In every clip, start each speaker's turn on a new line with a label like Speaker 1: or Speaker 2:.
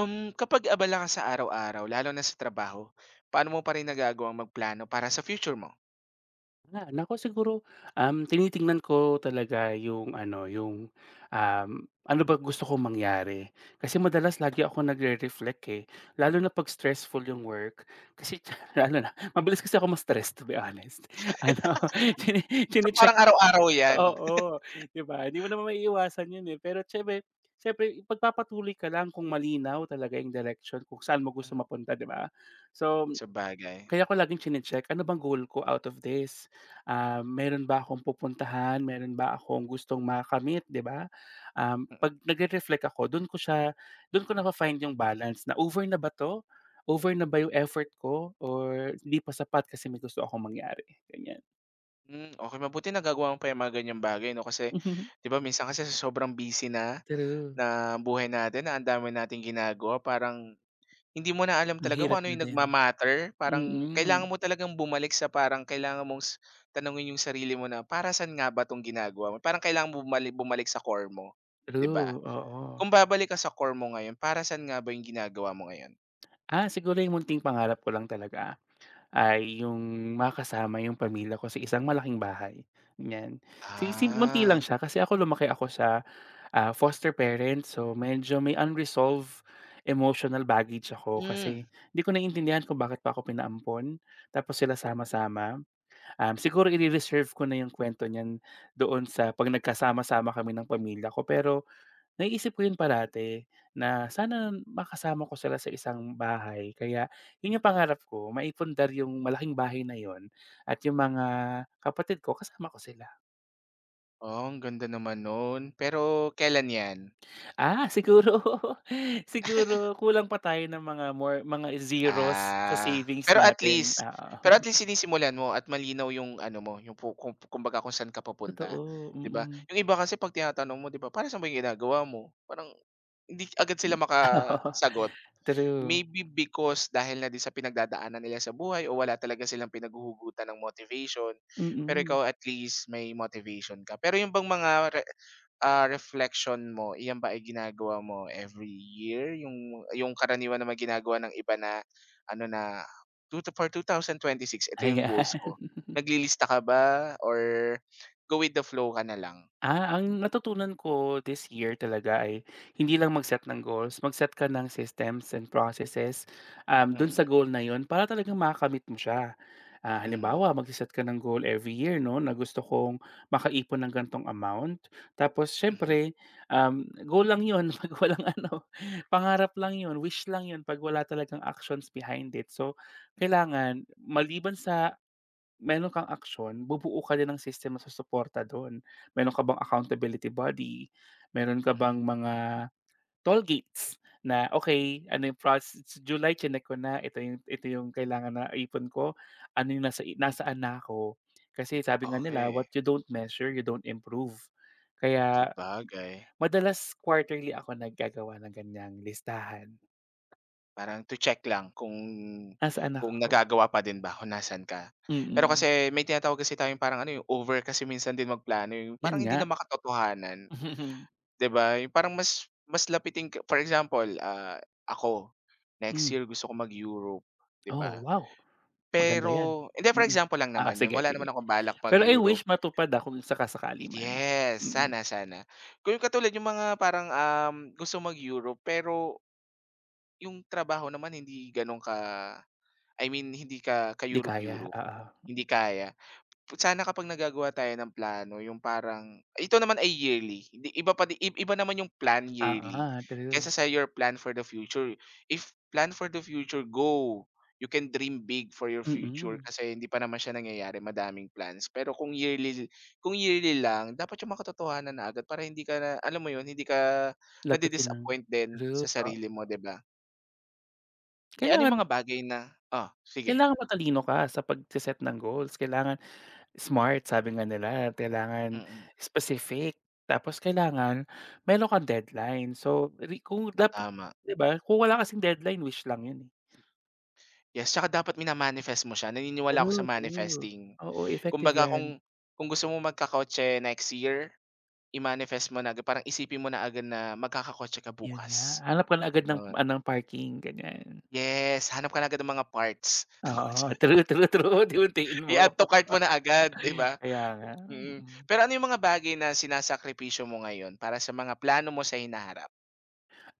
Speaker 1: Um, Kapag abala ka sa araw-araw, lalo na sa trabaho, paano mo pa rin nagagawang magplano para sa future mo?
Speaker 2: Ah, nako siguro, tinitingnan ko talaga yung ano, um, ano ba gusto kong mangyari. Kasi madalas lagi ako nagre-reflect, eh, lalo na 'pag stressful yung work. Kasi lalo na mabilis kasi ako ma-stress to be honest. Ano, chine
Speaker 1: So,
Speaker 2: chine-check.
Speaker 1: parang araw-araw 'yan.
Speaker 2: Oo, 'di ba? Hindi mo naman maiiwasan yun, eh, pero siyempre siyempre ipagpapatuloy ka lang kung malinaw talaga yung direction kung saan mo gusto
Speaker 1: Mhm.
Speaker 2: mapunta, 'di ba? So
Speaker 1: Sa bagay.
Speaker 2: kaya ko laging chine-check, ano bang goal ko out of this? Ah, meron ba akong pupuntahan, meron ba akong gustong makamit, 'di ba?
Speaker 1: Mm, sabagay. Mm.
Speaker 2: 'Pag nagre-reflect ako, dun ko nafa-find yung balance, na over na ba 'to? Over na ba yung effort ko or di pa sapat kasi may gusto akong mangyari, ganyan.
Speaker 1: Hmm, okey mabuti nagagawa mo pa yung mga ganyang bagay 'no, kasi 'di ba minsan kasi sa sobrang busy na,
Speaker 2: True.
Speaker 1: na buhay natin na ang dami nating ginagawa parang hindi mo na alam
Speaker 2: Ang
Speaker 1: talaga
Speaker 2: hirap
Speaker 1: kung ano
Speaker 2: na
Speaker 1: yung
Speaker 2: din.
Speaker 1: parang
Speaker 2: Mm,
Speaker 1: kailangan mo talagang bumalik sa parang kailangan mong tanungin yung sarili mo na, "Para saan nga ba 'tong ginagawa mo?" Parang kailangan bumalik bumalik sa core mo, 'di ba?
Speaker 2: true, oo.
Speaker 1: Kung babalik ka sa core mo ngayon, para saan nga ba yung ginagawa mo ngayon?
Speaker 2: Ah, siguro yung munting pangarap ko lang talaga. Ay, yung makasama yung pamilya ko sa isang malaking bahay, yan. Si si munti
Speaker 1: Ah,
Speaker 2: lang siya kasi ako lumaki ako sa, foster parent, so medyo may unresolved emotional baggage ako
Speaker 1: hmm.
Speaker 2: kasi hindi ko naiintindihan kung bakit pa ako pinaampon tapos sila sama-sama. Siguro ire-reserve ko na yung kwento niyan doon sa 'pag nagkasama-sama kami ng pamilya ko, pero naiisip ko yun parati na sana makasama ko sila sa isang bahay, kaya yun yung pangarap ko, maipundar yung malaking bahay na yun at yung mga kapatid ko, kasama ko sila.
Speaker 1: Oh, ang ganda naman nun. Pero kailan 'yan?
Speaker 2: Ah, siguro siguro kulang pa tayo ng mga more mga zeros sa
Speaker 1: Ah,
Speaker 2: savings
Speaker 1: pero at
Speaker 2: natin,
Speaker 1: least
Speaker 2: oo.
Speaker 1: pero at least sinisimulan mo at malinaw yung ano mo, yung kung kumbaga kung saan ka papunta,
Speaker 2: Totoo,
Speaker 1: 'di ba?
Speaker 2: mm.
Speaker 1: Yung iba kasi 'pag tinatanong mo, 'di ba, "Para saan ba yung ginagawa mo?" Parang hindi agad sila
Speaker 2: Oo,
Speaker 1: makasagot.
Speaker 2: true.
Speaker 1: Maybe because dahil na din sa pinagdadaanan nila sa buhay o wala talaga silang pinaghuhugutan ng motivation, pero
Speaker 2: Mm,
Speaker 1: ikaw at least may motivation ka. Pero yung bang mga reflection mo, iyan ba ay ginagawa mo every year? Yung karaniwan naman ginagawa ng iba na ano na, two to for six, ito yung
Speaker 2: ayan.
Speaker 1: goals ko. Naglilista ka ba or go with the flow ka na lang?
Speaker 2: Ah, ang natutunan ko this year talaga ay hindi lang mag-set ng goals, mag-set ka ng systems and processes, dun sa
Speaker 1: Mm,
Speaker 2: goal na 'yon para talagang makakamit mo siya. Ah,
Speaker 1: mhm,
Speaker 2: halimbawa, magse-set ka ng goal every year 'no, na gusto kong makaipon ng gantong amount. Tapos
Speaker 1: mhm,
Speaker 2: siyempre, goal lang 'yon 'pag walang ano, pangarap lang 'yon, wish lang 'yon 'pag wala talagang actions behind it. So, kailangan, maliban sa meron kang aksiyon, bubuo ka din ng sistema sa suporta dun. Meron ka bang accountability body, meron ka
Speaker 1: mhm.
Speaker 2: bang mga toll gates na, okay, ano yung July tsinek ko na, ito yung kailangan na ipon ko, ano yung nasaan na ako." Kasi sabi nga nila,
Speaker 1: Okey,
Speaker 2: "What you don't measure, you don't improve." Kaya
Speaker 1: sabagay.
Speaker 2: madalas quarterly ako naggagawa ng ganiyang listahan.
Speaker 1: Parang to check lang kung
Speaker 2: Nasaan
Speaker 1: kung
Speaker 2: ako?
Speaker 1: nagagawa pa din ba, kung nasaan ka. Pero
Speaker 2: Mm,
Speaker 1: kasi may tinatawag kasi tayong parang ano, yung over kasi minsan din magplano, yung parang
Speaker 2: yan
Speaker 1: hindi na
Speaker 2: nga.
Speaker 1: makatotohanan, 'di ba? Yung parang mas mas lapitin ka for example, ako, next
Speaker 2: Hmm.
Speaker 1: year gusto ko mag-Europe, 'di
Speaker 2: Oh,
Speaker 1: ba?
Speaker 2: wow! Maganda 'yan,
Speaker 1: Pero hindi, for
Speaker 2: mm.
Speaker 1: example lang
Speaker 2: Oo,
Speaker 1: naman yun,
Speaker 2: sige,
Speaker 1: wala naman
Speaker 2: sige.
Speaker 1: akong balak
Speaker 2: Pero I
Speaker 1: mag-Europe.
Speaker 2: wish matupad, kung saka-sakali man.
Speaker 1: Yes,
Speaker 2: Mm,
Speaker 1: sana, sana. Kung yung katulad yung mga parang, gusto mag-Europe pero yung trabaho naman hindi gano'n I mean hindi ka
Speaker 2: 'di kaya,
Speaker 1: ka-Europe-Europe,
Speaker 2: oo.
Speaker 1: hindi kaya. Sana kapag nagagawa tayo ng plano yung parang ito naman ay yearly, hindi iba iba naman yung plan yearly
Speaker 2: Oo, true,
Speaker 1: kaysa sa your plan for the future. If plan for the future, go. You can dream big for your future
Speaker 2: mm.
Speaker 1: kasi hindi pa naman siya nangyayari, madaming plans. Pero kung yearly lang, dapat yung makatotohanan na agad para hindi ka na alam mo yun, hindi ka
Speaker 2: Lapitin ng
Speaker 1: nadi-disappoint din
Speaker 2: True,
Speaker 1: sa
Speaker 2: oo.
Speaker 1: sarili mo, 'di ba? Eh, ano yung
Speaker 2: Kailangan,
Speaker 1: mga bagay na oh, sige.
Speaker 2: matalino ka sa pagse-set ng goals, kailangan SMART, sabi nga nila, kailangan
Speaker 1: Mm.
Speaker 2: specific, tapos kailangan meron kang deadline. So, kung dapat,
Speaker 1: Tama.
Speaker 2: 'di ba, kung wala kasing deadline wish lang 'yun, eh.
Speaker 1: Yes, tsaka dapat mina-manifest mo siya. Naniniwala ako
Speaker 2: True,
Speaker 1: sa
Speaker 2: true.
Speaker 1: manifesting.
Speaker 2: Oo, effective
Speaker 1: Kumbaga
Speaker 2: 'yan.
Speaker 1: kung gusto mo magkakotse next year, i-manifest mo na agad. Parang isipin mo na agad na magkakakotse ka
Speaker 2: Yun nga,
Speaker 1: bukas,
Speaker 2: hanap ka na agad ng
Speaker 1: 'yun.
Speaker 2: ng parking, ganyan.
Speaker 1: Yes, hanap ka na agad ng mga parts ng
Speaker 2: Oo,
Speaker 1: kotse.
Speaker 2: true, true, true, unti-untiin mo.
Speaker 1: I-add to cart mo na agad, 'di ba?
Speaker 2: Kaya nga,
Speaker 1: Mm.
Speaker 2: mm.
Speaker 1: Pero ano yung mga bagay na sinasakripisyo mo ngayon para sa mga plano mo sa hinaharap?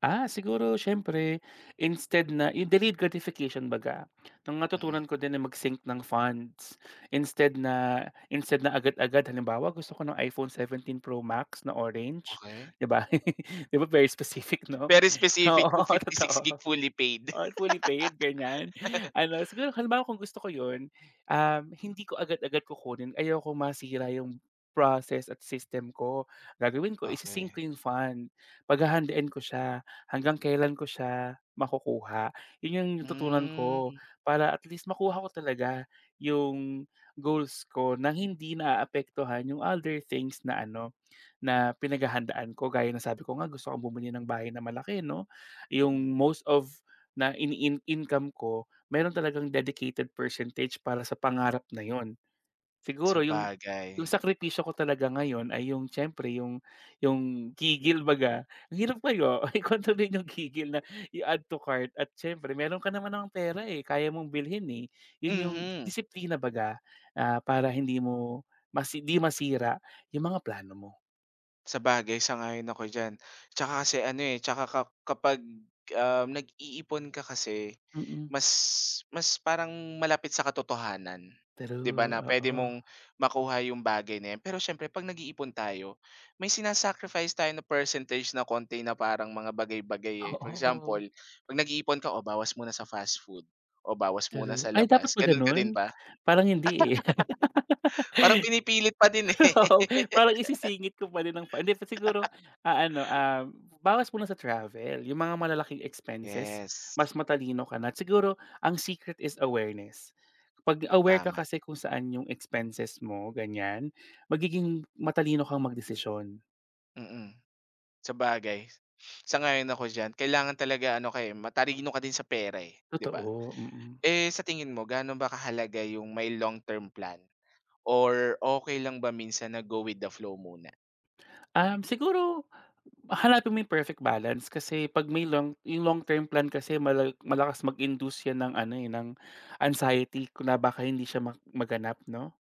Speaker 2: Ah, siguro siyempre instead na yung delayed gratification baga, nung
Speaker 1: Mm,
Speaker 2: natutunan ko din na mag-sync ng funds instead na agad-agad halimbawa gusto ko ng iPhone 17 Pro Max na orange,
Speaker 1: okey.
Speaker 2: 'di ba? 'Di ba, very specific 'no?
Speaker 1: Very specific to
Speaker 2: Oo,
Speaker 1: 56 GB
Speaker 2: totoo.
Speaker 1: fully paid.
Speaker 2: Oo, fully paid, ganyan. Ano, siguro halimbawa kung gusto ko yun, hindi ko agad-agad kukunin, ayaw ko masira yung process at system ko. Gagawin ko, isi-sync
Speaker 1: Okay.
Speaker 2: ko yung fund, paghahandian ko siya, hanggang kailan ko siya makukuha. Yun yung natutunan
Speaker 1: Hmm,
Speaker 2: ko para at least makuha ko talaga yung goals ko nang hindi naaapektuhan yung other things na ano na pinaghahandaan ko, gaya na sabi ko nga gusto kong bumili ng bahay na malaki 'no,
Speaker 1: mm.
Speaker 2: yung most of na iniin income ko meron talagang dedicated percentage para sa pangarap na yun. Siguro yung,
Speaker 1: Sabagay.
Speaker 2: sakripisyo ko talaga ngayon ay yung siyempre yung gigil baga, ang hirap kayo i-kontrolin yung gigil na i-add to cart at siyempre meron ka naman namang pera, eh, kaya mong bilhin, eh. Yun yung
Speaker 1: Mhm.
Speaker 2: disiplina baga, para hindi mo 'di masira yung mga plano mo,
Speaker 1: Sabagay, sang-ayon ako diyan. Tsaka kasi ano, eh, tsaka ka kapag, nag-iipon ka kasi
Speaker 2: mm.
Speaker 1: mas mas parang malapit sa katotohanan, 'di ba,
Speaker 2: True,
Speaker 1: na pwede
Speaker 2: oo.
Speaker 1: mong makuha yung bagay na 'yan. Pero siyempre 'pag nag-iipon tayo, may sinasacrifice tayo na percentage na konti na parang mga bagay-bagay, eh. For
Speaker 2: Oo,
Speaker 1: example, 'pag nag-iipon ka, "O, bawas muna sa fast food, o bawas muna sa
Speaker 2: true. Ay, dapat
Speaker 1: labas."
Speaker 2: ba
Speaker 1: Gano'n ka
Speaker 2: gano'n?
Speaker 1: din ba?
Speaker 2: Parang hindi, eh.
Speaker 1: Parang pinipilit pa din, eh.
Speaker 2: Oo, parang isisingit ko pa din ng pa hindi pa siguro, ano, bawas muna sa travel, yung mga malalaking expenses,
Speaker 1: Yes,
Speaker 2: mas matalino ka na. At siguro ang secret is awareness. 'Pag aware ka
Speaker 1: tama.
Speaker 2: kasi kung saan yung expenses mo, ganyan, magiging matalino kang magdesisyon.
Speaker 1: Mm. Sabagay, sang-ayon ako diyan. Kailangan talaga ano ka, eh, matalino ka din sa pera, eh, 'di ba?
Speaker 2: Totoo, mm. Mm.
Speaker 1: Eh, sa tingin mo gaano ba kahalaga yung may long-term plan or okey lang ba minsan na go with the flow muna?
Speaker 2: Siguro hanapin mo yung perfect balance, kasi 'pag may yung long term plan kasi malakas mag-induce yan ng ano, eh, ng anxiety kung na baka hindi siya maganap 'no.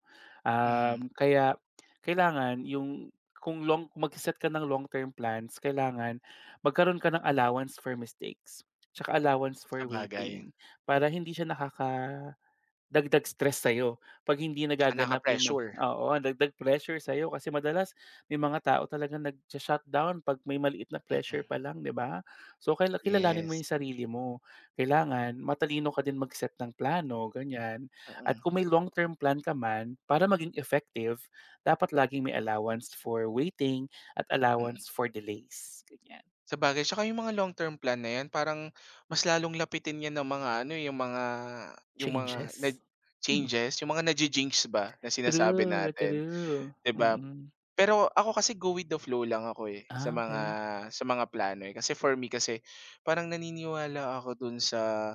Speaker 1: Mhm,
Speaker 2: Kaya kailangan yung, kung magse-set ka ng long term plans kailangan magkaroon ka ng allowance for mistakes, 'tsaka allowance for
Speaker 1: sabagay,
Speaker 2: waiting para hindi siya dagdag stress sa'yo 'pag hindi
Speaker 1: tsaka
Speaker 2: nagaganap yung mga,
Speaker 1: nakaka-pressure,
Speaker 2: oo, ang dagdag pressure sa'yo kasi madalas may mga tao talagang nag shutdown 'pag may maliit na pressure
Speaker 1: mm,
Speaker 2: pa lang, 'di ba? So, kilalanin mo yung
Speaker 1: yes,
Speaker 2: sarili mo. Kailangan matalino ka din mag-set ng plano, ganyan. At
Speaker 1: mm,
Speaker 2: kung may long-term plan ka man, para maging effective, dapat laging may allowance for waiting at allowance
Speaker 1: mm.
Speaker 2: for delays, ganyan,
Speaker 1: Sabagay, tsaka yung mga long-term plan na 'yan parang mas lalong lapitin 'yan ng mga ano, eh, yung mga
Speaker 2: changes. Mm,
Speaker 1: changes, yung mga nagi-jinx ba na sinasabi
Speaker 2: true,
Speaker 1: natin.
Speaker 2: true.
Speaker 1: 'Di ba?
Speaker 2: Mm.
Speaker 1: Pero ako kasi go with the flow lang ako, eh,
Speaker 2: Ah, okay.
Speaker 1: sa mga plano, eh. Kasi for me kasi parang naniniwala ako dun sa,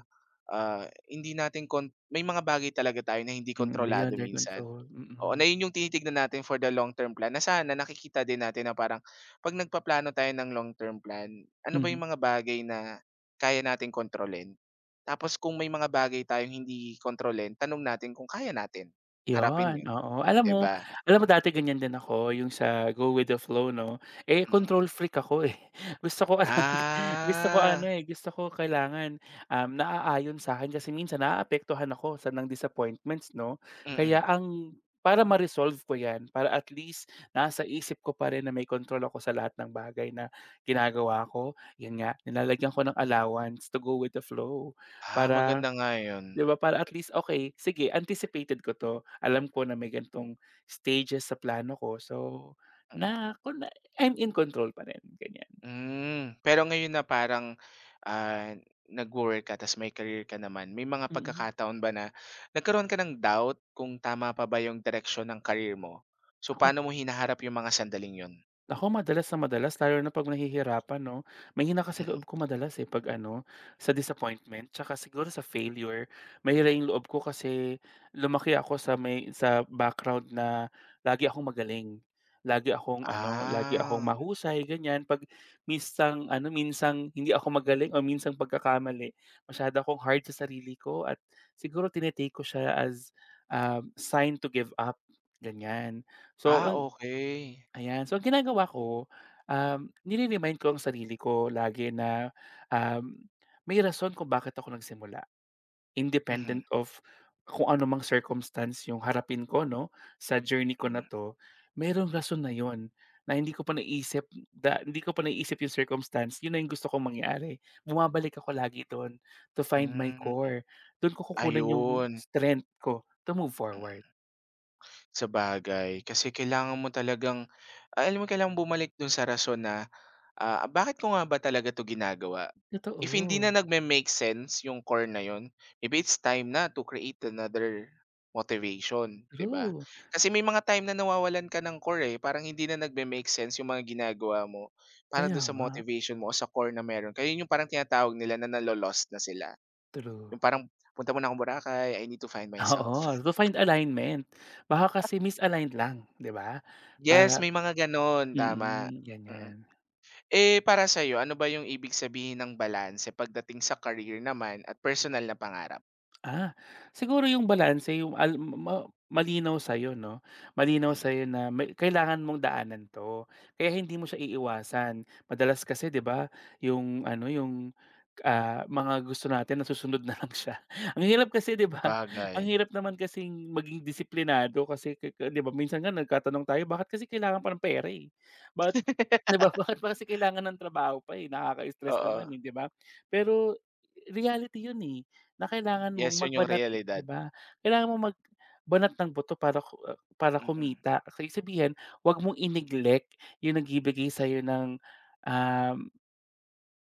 Speaker 1: ah, hindi natin may mga bagay talaga tayo na hindi
Speaker 2: Mm,
Speaker 1: kontrolado
Speaker 2: beyond their
Speaker 1: minsan.
Speaker 2: control,
Speaker 1: Oo, na
Speaker 2: mm.
Speaker 1: yun yung tinitignan natin for the long term plan na sana nakikita din natin na parang 'pag nagpaplano tayo ng long term plan, ano ba
Speaker 2: Mhm,
Speaker 1: yung mga bagay na kaya natin kontrolin? Tapos kung may mga bagay tayong hindi kontrolin, tanong natin kung kaya natin harapin
Speaker 2: yon,
Speaker 1: yun,
Speaker 2: oo. Alam
Speaker 1: 'di
Speaker 2: mo,
Speaker 1: ba?
Speaker 2: dati ganyan din ako, yung sa go with the flow 'no, eh,
Speaker 1: Mm.
Speaker 2: control freak ako, eh. Gusto ko ang gusto ko ano,
Speaker 1: Ah,
Speaker 2: eh, gusto ko kailangan, naaayon sa'kin kasi minsan naaapektuhan ako sa ng disappointments 'no.
Speaker 1: mm.
Speaker 2: Kaya ang, para ma-resolve ko 'yan, para at least nasa isip ko pa rin na may control ako sa lahat ng bagay na ginagawa ko, 'yun nga nilalagyan ko ng allowance to go with the flow,
Speaker 1: Ah, maganda
Speaker 2: para
Speaker 1: nga yun.
Speaker 2: 'di ba para at least, okay sige anticipated ko 'to, alam ko na may ganitong stages sa plano ko, so
Speaker 1: Mm,
Speaker 2: na kun I'm in control pa rin, ganyan.
Speaker 1: hmm. Pero ngayon na parang, ah, nagwo-work ka ta's may career ka naman, may mga
Speaker 2: Mm.
Speaker 1: pagkakataon ba na nagkaroon ka ng doubt kung tama pa ba yung direksyon ng career mo? So,
Speaker 2: Ako
Speaker 1: paano mo hinaharap yung mga sandaling yun?
Speaker 2: Ako madalas na madalas lalo na 'pag nahihirapan 'no. Mahina kasi
Speaker 1: Mm.
Speaker 2: loob ko madalas, eh, 'pag ano, sa disappointment tsaka siguro sa failure. Mahina yung loob ko kasi lumaki ako sa, may sa background na lagi akong magaling. Lagi akong ano, lagi akong
Speaker 1: Ah.
Speaker 2: mahusay, ganyan. 'Pag minsang ano, minsang hindi ako magaling o minsang pagkakamali, masyado akong hard sa sarili ko at siguro tini ko siya as, sign to give up, ganyan. So,
Speaker 1: Ah, okey.
Speaker 2: Ayan. So, ang ginagawa ko, nire-remind ko ang sarili ko lagi na, um, may rason kung bakit ako nagsimula.
Speaker 1: Mhm,
Speaker 2: Independent of kung ano mang circumstance yung harapin ko, no? Sa journey ko na
Speaker 1: mm.
Speaker 2: to, mayroong rason na yon na hindi ko pa naisip, hindi ko pa naisip yung circumstance, yun na yung gusto kong mangyari. Bumabalik ako lagi doon to find my
Speaker 1: Hmm,
Speaker 2: core. Doon ko kukunan yung
Speaker 1: ayun.
Speaker 2: strength ko to move
Speaker 1: Mm,
Speaker 2: forward.
Speaker 1: sabagay kasi kailangan mo talagang, alam mo kailangang bumalik dun sa rason na bakit ko nga ba talaga 'to ginagawa? If hindi na
Speaker 2: Totoo.
Speaker 1: nagme-make sense yung core na yun, maybe it's time na to create another motivation, 'di ba?
Speaker 2: True.
Speaker 1: Kasi may mga time na nawawalan ka ng core, eh, parang hindi na nagme-make sense yung mga ginagawa mo para
Speaker 2: Kaya
Speaker 1: dun sa
Speaker 2: nga.
Speaker 1: motivation mo o sa core na meron kaya yun yung parang tinatawag nila na nalo-lost na sila,
Speaker 2: True.
Speaker 1: yung parang, "Punta muna akong Boracay, I need to find myself."
Speaker 2: Oo, to find alignment. Baka kasi misaligned lang, 'di ba? Para,
Speaker 1: Yes, may mga gano'n, tama.
Speaker 2: mm,
Speaker 1: Mm.
Speaker 2: ganyan.
Speaker 1: Eh, para sa'yo, ano ba yung ibig sabihin ng balanse pagdating sa career naman at personal na pangarap?
Speaker 2: Ah, siguro yung balanse, yung al ma malinaw sa'yo 'no, malinaw
Speaker 1: Mm.
Speaker 2: sa'yo na may kailangan mong daanan 'to, kaya hindi mo siya iiwasan. Madalas kasi 'di ba, yung ano, yung, mga gusto natin nasusunod na lang siya. Ang hirap kasi 'di ba,
Speaker 1: Sabagay.
Speaker 2: ang hirap naman kasi maging disiplinado kasi ka ka 'di ba minsan nga nagtatanong tayo, bakit kasi kailangan pa ng pera, eh. Bakit 'di ba, bakit pa kasi kailangan ng trabaho pa, eh, nakaka-stress
Speaker 1: Oo.
Speaker 2: naman, eh, 'di ba? Pero reality yun, eh. Na kailangan mong
Speaker 1: Yes, yun yung
Speaker 2: magbanat, 'di
Speaker 1: realidad.
Speaker 2: ba? Kailangan mong magbanat ng buto para
Speaker 1: Mm.
Speaker 2: kumita. So, ibig sabihin, 'wag mong i-neglect yung nagbibigay sa'yo ng, um,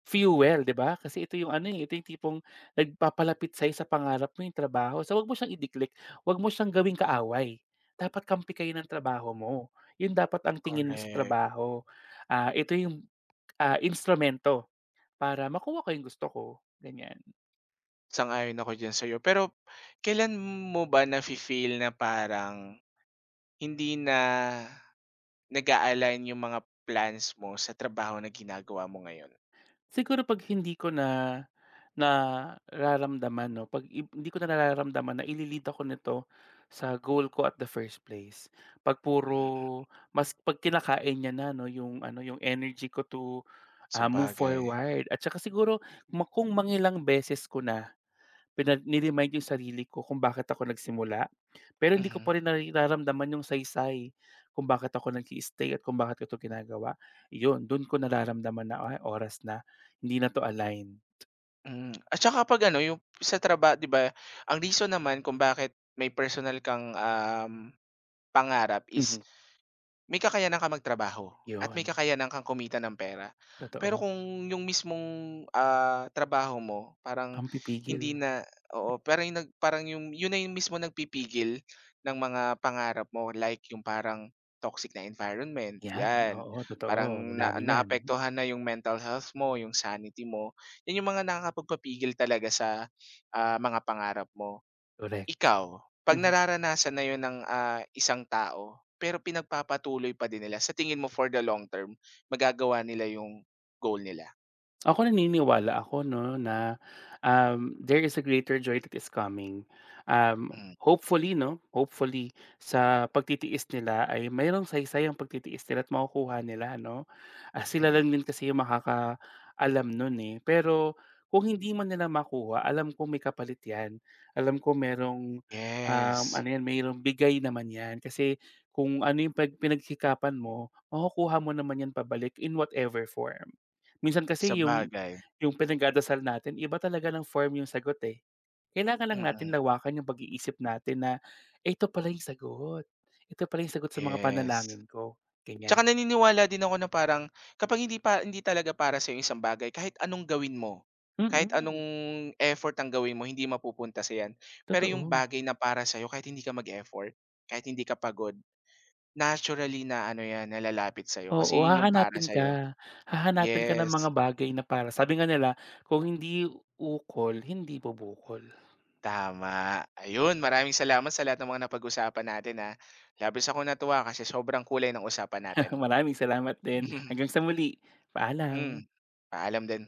Speaker 2: fuel, 'di ba? Kasi ito yung ano, eh, ito yung tipong nagpapalapit sa'yo sa pangarap mo, yung trabaho. So, 'wag mo siyang i-neglect, 'wag mo siyang gawing kaaway. Dapat kampi kayo ng trabaho mo. Yun dapat ang tingin mo sa
Speaker 1: Correct.
Speaker 2: trabaho. Ah, ito yung, instrumento para makuha ko yung gusto ko, ganyan.
Speaker 1: Sang-ayon ako diyan sa'yo. Pero kailan mo ba nafi-feel na parang hindi na nag-a-align yung mga plans mo sa trabaho na ginagawa mo ngayon?
Speaker 2: Siguro 'pag hindi ko na nararamdaman 'no, 'pag ib hindi ko na nararamdaman na ile-lead ako nito sa goal ko at the first place. 'Pag
Speaker 1: Hmm,
Speaker 2: puro mas 'Pag kinakain niya na 'no yung ano, yung energy ko to, move
Speaker 1: sabagay.
Speaker 2: forward, at saka siguro kung mangilang beses ko na ni-remind yung sarili ko kung bakit ako nagsimula, pero hindi ko
Speaker 1: Mhm.
Speaker 2: pa rin nararamdaman yung saysay kung bakit ako nag-i-stay at kung bakit ko 'to ginagawa. Iyon, dun ko nararamdaman na, "Ay, oras na, hindi na 'to align."
Speaker 1: Hmm, at saka 'pag ano, yung sa trabaho 'di ba, ang reason naman kung bakit may personal kang, pangarap is
Speaker 2: Mhm,
Speaker 1: may kakayanan kang magtrabaho at may
Speaker 2: yun.
Speaker 1: kakayanan kang kumita ng pera. Pero
Speaker 2: Totoo,
Speaker 1: kung yung mismong, trabaho mo parang
Speaker 2: ang pipigil,
Speaker 1: hindi na oo, parang yung parang yung yun na yung mismo nagpipigil ng mga pangarap mo like yung parang toxic na environment,
Speaker 2: yan,
Speaker 1: 'yan.
Speaker 2: oo, totoo,
Speaker 1: Parang na
Speaker 2: madami niyan,
Speaker 1: naapektuhan na yung mental health mo, yung sanity mo. 'Yan yung mga nakakapagpapigil talaga sa, mga pangarap mo.
Speaker 2: korek.
Speaker 1: Ikaw, 'pag
Speaker 2: Mhm.
Speaker 1: nararanasan na 'yun ng, isang tao, pero pinagpapatuloy pa din nila, sa tingin mo for the long term, magagawa nila 'yung goal nila?
Speaker 2: Ako naniniwala ako 'no na, there is a greater joy that is coming. Um,
Speaker 1: Hmm,
Speaker 2: Hopefully 'no, hopefully sa pagtitiis nila ay mayroong saysay ang pagtitiis nila at makukuha nila 'no. Ah, sila
Speaker 1: mm.
Speaker 2: lang din kasi yung makakaalam nun, eh. Pero kung hindi man nila makuha, alam ko may kapalit 'yan. Alam ko merong,
Speaker 1: Yes,
Speaker 2: ano 'yan, mayroong bigay naman 'yan. Kasi kung ano yung pag pinagsikapan mo, makukuha mo naman 'yan pabalik in whatever form. Minsan kasi yung,
Speaker 1: sabagay.
Speaker 2: pinagdadasal natin iba talaga ng form yung sagot, eh. Kailangan lang natin
Speaker 1: Mm,
Speaker 2: lawakan yung pag-iisip natin na, "Eh, Ito pala yung sagot. Ito pala yung sagot sa mga
Speaker 1: yes.
Speaker 2: panalangin ko."
Speaker 1: Tsaka
Speaker 2: Ganyan.
Speaker 1: naniniwala din ako na parang kapag hindi pa hindi talaga para sa'yo isang bagay, kahit anong gawin mo, kahit anong
Speaker 2: Mm,
Speaker 1: effort ang gawin mo, hindi mapupunta sa 'yan. Pero
Speaker 2: totoo.
Speaker 1: 'yung bagay na para sa'yo kahit hindi ka mag-effort, kahit hindi ka pagod naturally na ano 'yan, na lalapit sa'yo kasi
Speaker 2: Oo,
Speaker 1: 'yun yung para
Speaker 2: hahanapin
Speaker 1: sa'yo.
Speaker 2: ka. Hahanapin ka ng
Speaker 1: Yes,
Speaker 2: mga bagay na, para sabi nga nila, "Kung hindi ukol, hindi bubukol."
Speaker 1: tama. Ayun, maraming salamat sa lahat ng mga napag-usapan natin, ah. Labis akong natuwa kasi sobrang kulay ng usapan natin.
Speaker 2: Maraming salamat din. Hanggang sa muli,
Speaker 1: Hmm,
Speaker 2: paalam.
Speaker 1: paalam din.